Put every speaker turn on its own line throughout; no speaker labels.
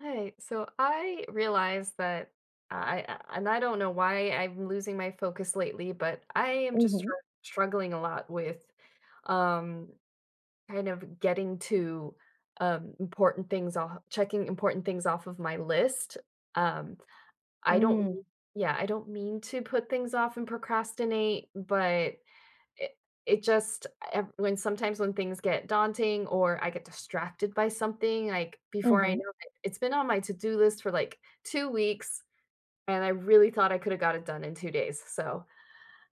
Hi. So I realize that I- and I don't know why I'm losing my focus lately, but I am just
Mhm.
struggling a lot with um kind of getting to important things off checking important things off of my list. Um I don't
Mm.
yeah, I don't mean to put things off and procrastinate, but it it just ev- when sometimes when things get daunting or I get distracted by something, like before I
Mhm.
know it, it's been on my to-do list for like 2 weeks, and I really thought I could have got it done in 2 days. So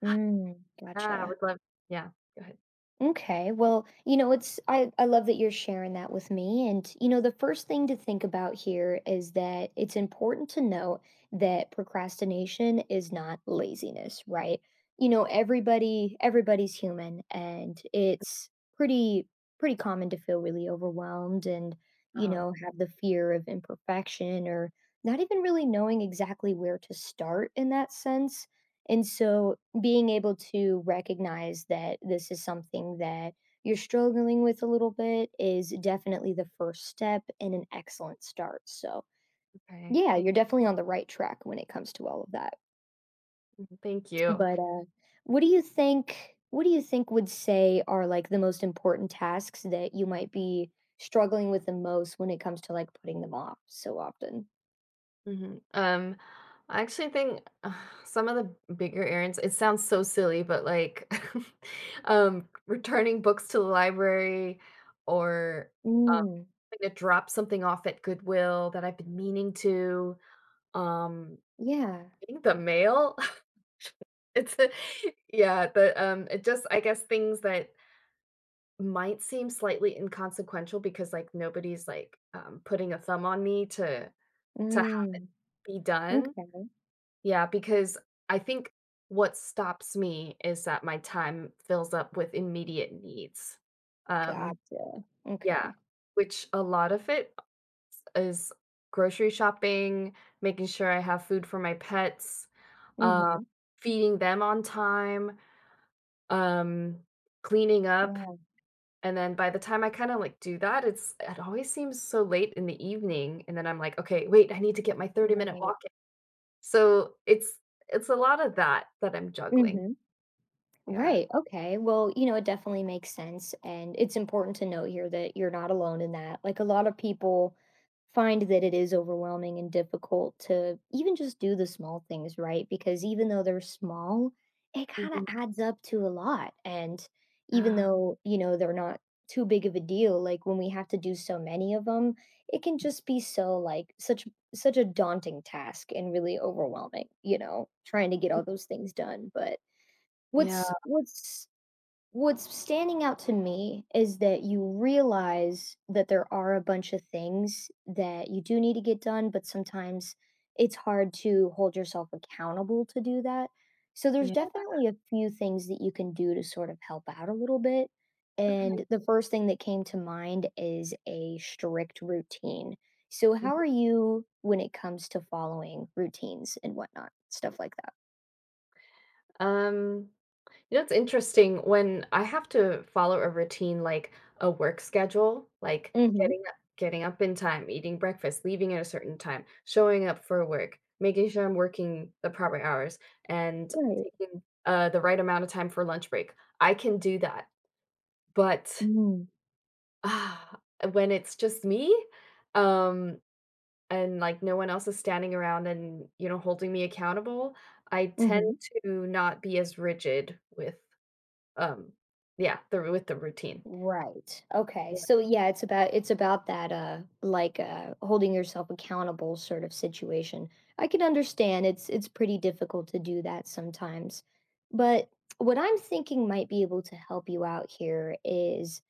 Mm.
I
Gotcha.
would love, yeah, go ahead.
Okay. Well, you know, it's I love that you're sharing that with me, and you know, the first thing to think about here is that it's important to note that procrastination is not laziness, right? You know, everybody's human, and it's pretty common to feel really overwhelmed and, you
Oh,
know, have the fear of imperfection or not even really knowing exactly where to start in that sense. And so being able to recognize that this is something that you're struggling with a little bit is definitely the first step and an excellent start. So,
okay,
yeah, you're definitely on the right track when it comes to all of that.
thank you.
But what do you think? What do you think would say are like the most important tasks that you might be struggling with the most when it comes to like putting them off so often?
Mhm. I actually think some of the bigger errands it sounds so silly, but, like, returning books to the library or, um,
Mm,
having to drop something off at Goodwill that I've been meaning to, um,
yeah.
getting the mail. It's a yeah, but, it just I guess things that might seem slightly inconsequential because, like, nobody's putting a thumb on me to to
Mm,
be done.
okay.
Yeah, because I think what stops me is that my time fills up with immediate needs. Um,
Gotcha.
yeah,
Okay.
which a lot of it is grocery shopping, making sure I have food for my pets, uh,
Mm-hmm.
feeding them on time, um, cleaning up.
Yeah.
And then by the time I kind of like do that, it always seems so late in the evening. And then I'm like, okay, wait, I need to get my 30-minute
Right.
walk in. So it's a lot of that that I'm juggling.
hmm
Yeah.
Right. Okay. Well, you know, it definitely makes sense. And it's important to note here that you're not alone in that. Like a lot of people find that it is overwhelming and difficult to even just do the small things, right? Because even though they're small, it kind of
Mhm.
adds up to a lot. And even
Oh,
though, you know, they're not too big of a deal, like when we have to do so many of them, it can just be so like such a daunting task and really overwhelming, you know, trying to get all those things done. But
yeah,
What's what's what's standing out to me is that you realize that there are a bunch of things that you do need to get done, but sometimes it's hard to hold yourself accountable to do that. So there's
yeah.
definitely a few things that you can do to sort of help out a little bit.
Okay.
And the first thing that came to mind is a strict routine. So
Mhm.
how are you when it comes to following routines and whatnot, stuff like that?
Um, you know, it's interesting when I have to follow a routine like a work schedule, like
Mhm.
getting up in time, eating breakfast, leaving at a certain time, showing up for work, making sure I'm working the proper hours, and
Right.
taking the right amount of time for lunch break. I can do that, but
Mhm.
ah, when it's just me, um, and like no one else is standing around and you know holding me accountable, I tend
Mhm.
to not be as rigid with um yeah the with the routine.
Right. Okay.
Yeah.
So yeah, it's about that like holding yourself accountable sort of situation. I can understand it's pretty difficult to do that sometimes. But what I'm thinking might be able to help you out here is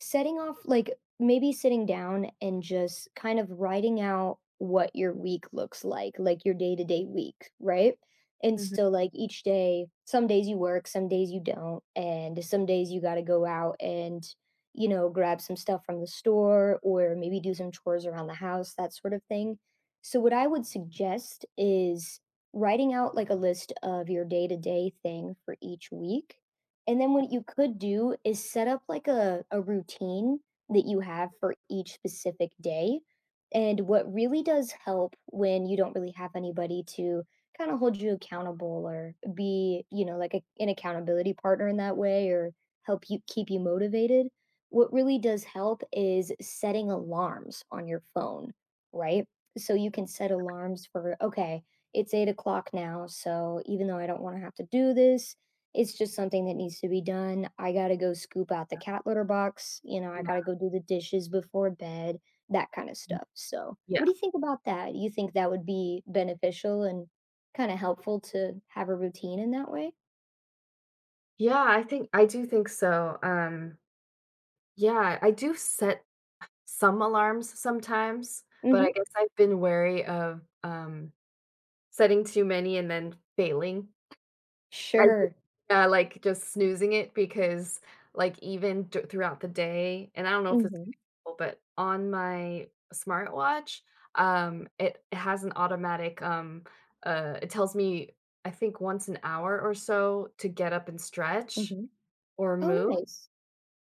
setting off like, maybe sitting down and just kind of writing out what your week looks like your day-to-day week, right? And so,
hmm
like, each day some days you work, some days you don't, and some days you gotta go out and, you know, grab some stuff from the store or maybe do some chores around the house, that sort of thing. So what I would suggest is writing out, like, a list of your day-to-day thing for each week, and then what you could do is set up like a routine that you have for each specific day. And what really does help when you don't really have anybody to kind of hold you accountable or be, you know, like an accountability partner in that way or help you keep you motivated, what really does help is setting alarms on your phone, right? So you can set alarms for, okay, it's 8 o'clock now. So even though I don't want to have to do this, it's just something that needs to be done. I gotta go scoop out the cat litter box, you know, I gotta
yeah
go do the dishes before bed, that kinda stuff, so,
yeah
what do you think about that? Do you think that would be beneficial and kinda helpful to have a routine in that way?
yeah, I think I do think so, yeah, I do set some alarms sometimes, but
Mhm.
I guess I've been wary of setting too many and then failing. I would,
Sure.
yeah, like, just snoozing it because, like, even d throughout the day, and I don't know if this is
Mhm,
cool, but on my smartwatch, it has an automatic, it tells me, I think once an hour or so to get up and stretch
mhm.
or
Oh,
move,
nice.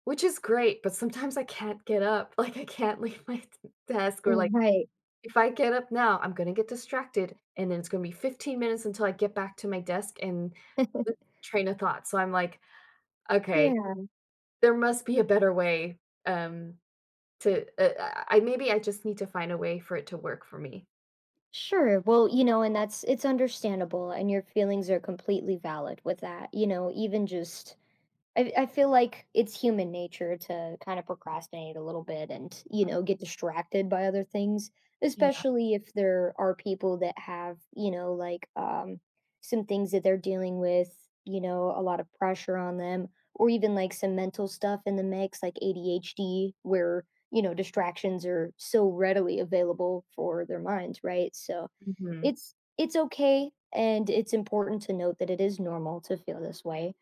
which is great, but sometimes I can't get up, like, I can't leave my t desk or, like
Right.
if I get up now, I'm gonna get distracted, and then it's gonna be 15 minutes until I get back to my desk and the train of thought. So I'm like, okay,
Yeah,
there must be a better way. Um, to I Maybe I just need to find a way for it to work for me.
sure. Well, you know, and that's it's understandable, and your feelings are completely valid with that, you know, even just I feel like it's human nature to kind of procrastinate a little bit and, you know, get distracted by other things,
Yeah.
especially if there are people that have, you know, like some things that they're dealing with, you know, a lot of pressure on them or even like some mental stuff in the mix like ADHD where, you know, distractions are so readily available for their minds, right? So,
hmm
it's okay, and it's important to note that it is normal to feel this way.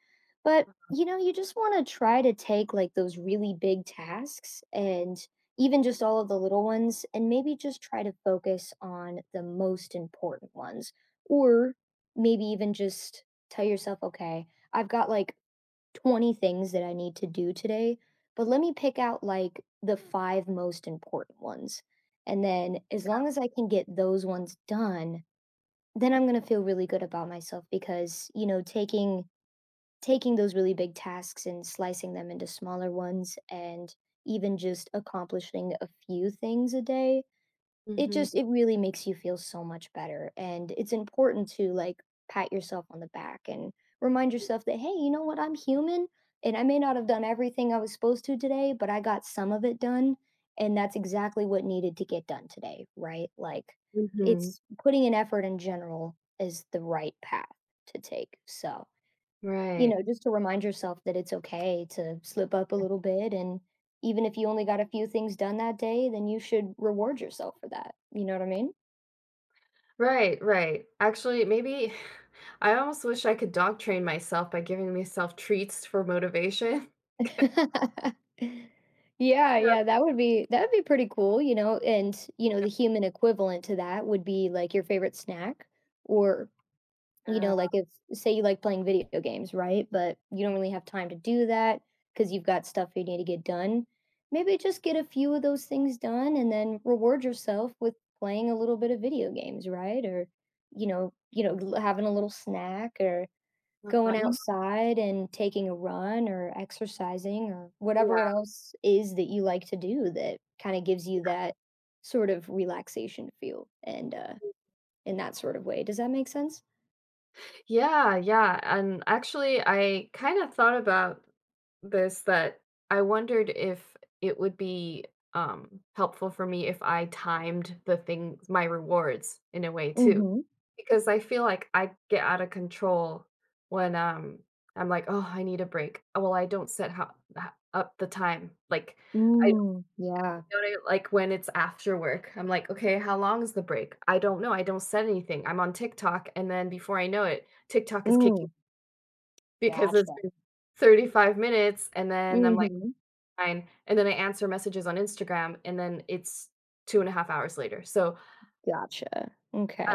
But, you know, you just wanna try to take, like, those really big tasks and even just all of the little ones, and maybe just try to focus on the most important ones. Or maybe even just tell yourself, "Okay, I've got, like, 20 things that I need to do today, but let me pick out, like, the 5 most important ones." And then as long as I can get those ones done, then I'm gonna feel really good about myself, because you know taking those really big tasks and slicing them into smaller ones and even just accomplishing a few things a day, it just
hmm
it really makes you feel so much better, and it's important to, like, pat yourself on the back and remind yourself that, "Hey, you know what? I'm human, and I may not have done everything I was supposed to today, but I got some of it done, and that's exactly what needed to get done today," right? Like,
hmm
it's putting an effort in general is the right path to take, so you
Right.
know, just to remind yourself that it's okay to slip up a little bit. And even if you only got a few things done that day, then you should reward yourself for that. You know what I
Right. Actually, maybe I almost wish I could dog train myself by giving myself treats for motivation.
mean? Yeah,
Yep.
yeah, that would be pretty cool, you know, and you know, the human equivalent to that would be like your favorite snack or you
Yeah.
know, like if say you like playing video games, right? But you don't really have time to do that because you've got stuff you need to get done. Maybe just get a few of those things done and then reward yourself with playing a little bit of video games, right? Or you know, having a little snack or
Uh,
going
you know,
outside and taking a run or exercising or whatever it
yeah.
else is that you like to do that kind of gives you that sort of relaxation feel and in that sort of way. Does that make sense?
Yeah, yeah. And actually, I kind of thought about this that I wondered if it would be helpful for me if I timed the things, my rewards in a way too,
Mhm.
because I feel like I get out of control when I'm like, oh, I need a break. Oh, well, I don't set how, up the time. Like, I
Mm, yeah.
don't know, like when it's after work, I'm like, okay, how long is the break? I don't know. I don't set anything. I'm on TikTok, and then before I know it, TikTok is
Mm,
kicking because it's
gotcha.
been 35 minutes, and then I'm like,
Mhm.
"Fine," and then I answer messages on Instagram, and then it's 2.5 hours later, so,
Gotcha.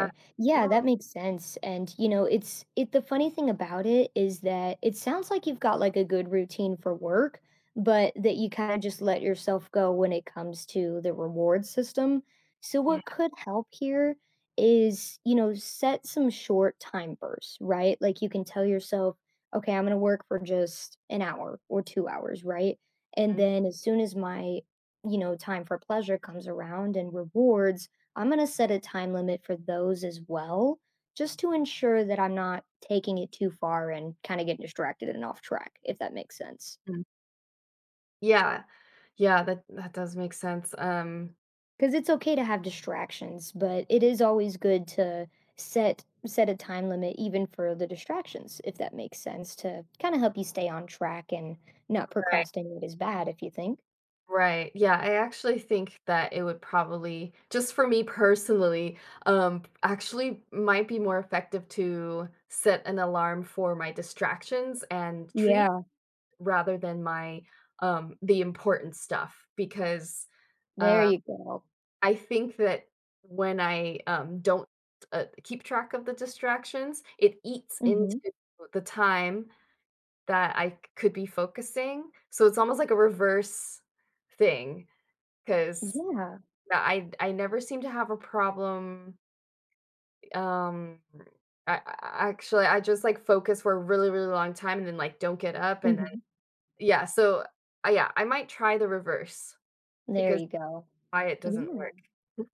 uh, I
Yeah,
almost
that makes sense. And you know, it's it the funny thing about it is that it sounds like you've got like a good routine for work, but that you kind of just let yourself go when it comes to the reward system. So
yeah,
what could help here is, you know, set some short time bursts, right? Like you can tell yourself, okay, I'm going to work for just an hour or 2 hours, right? And
mhm,
then as soon as my, you know, time for pleasure comes around and rewards I'm going to set a time limit for those as well, just to ensure that I'm not taking it too far and kind of getting distracted and off track, if that makes sense.
mm. Yeah. Yeah, that that does make sense,
Because it's okay to have distractions, but it is always good to set a time limit even for the distractions if that makes sense to kind of help you stay on track and not
right,
procrastinate as bad if you think
right, yeah, I actually think that it would probably just for me personally, actually might be more effective to set an alarm for my distractions and treats
yeah,
rather than my the important stuff because
there
uh
you go.
I think that when I don't keep track of the distractions, it eats
hmm
into the time that I could be focusing. So it's almost like a reverse thing because
yeah.
I never seem to have a problem, um I, I actually I just like focus for a really really long time and then like don't get up and then
hmm
yeah so yeah I might try the reverse.
there
Because
you go.
why it doesn't
Yeah.
work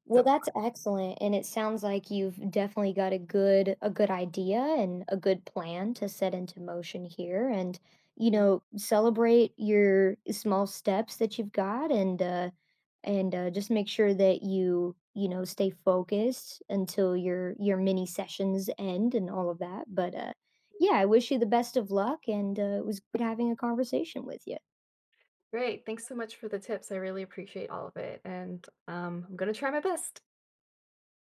Well,
so.
that's excellent, and it sounds like you've definitely got a good idea and a good plan to set into motion here and, you
Mhm.
know, celebrate your small steps that you've got, and just make sure that you know, stay focused until your mini sessions end and all of that. But yeah, I wish you the best of luck, and it was good having a conversation with you.
Great, thanks so much for the tips, I really appreciate all of it, and, I'm gonna try my best.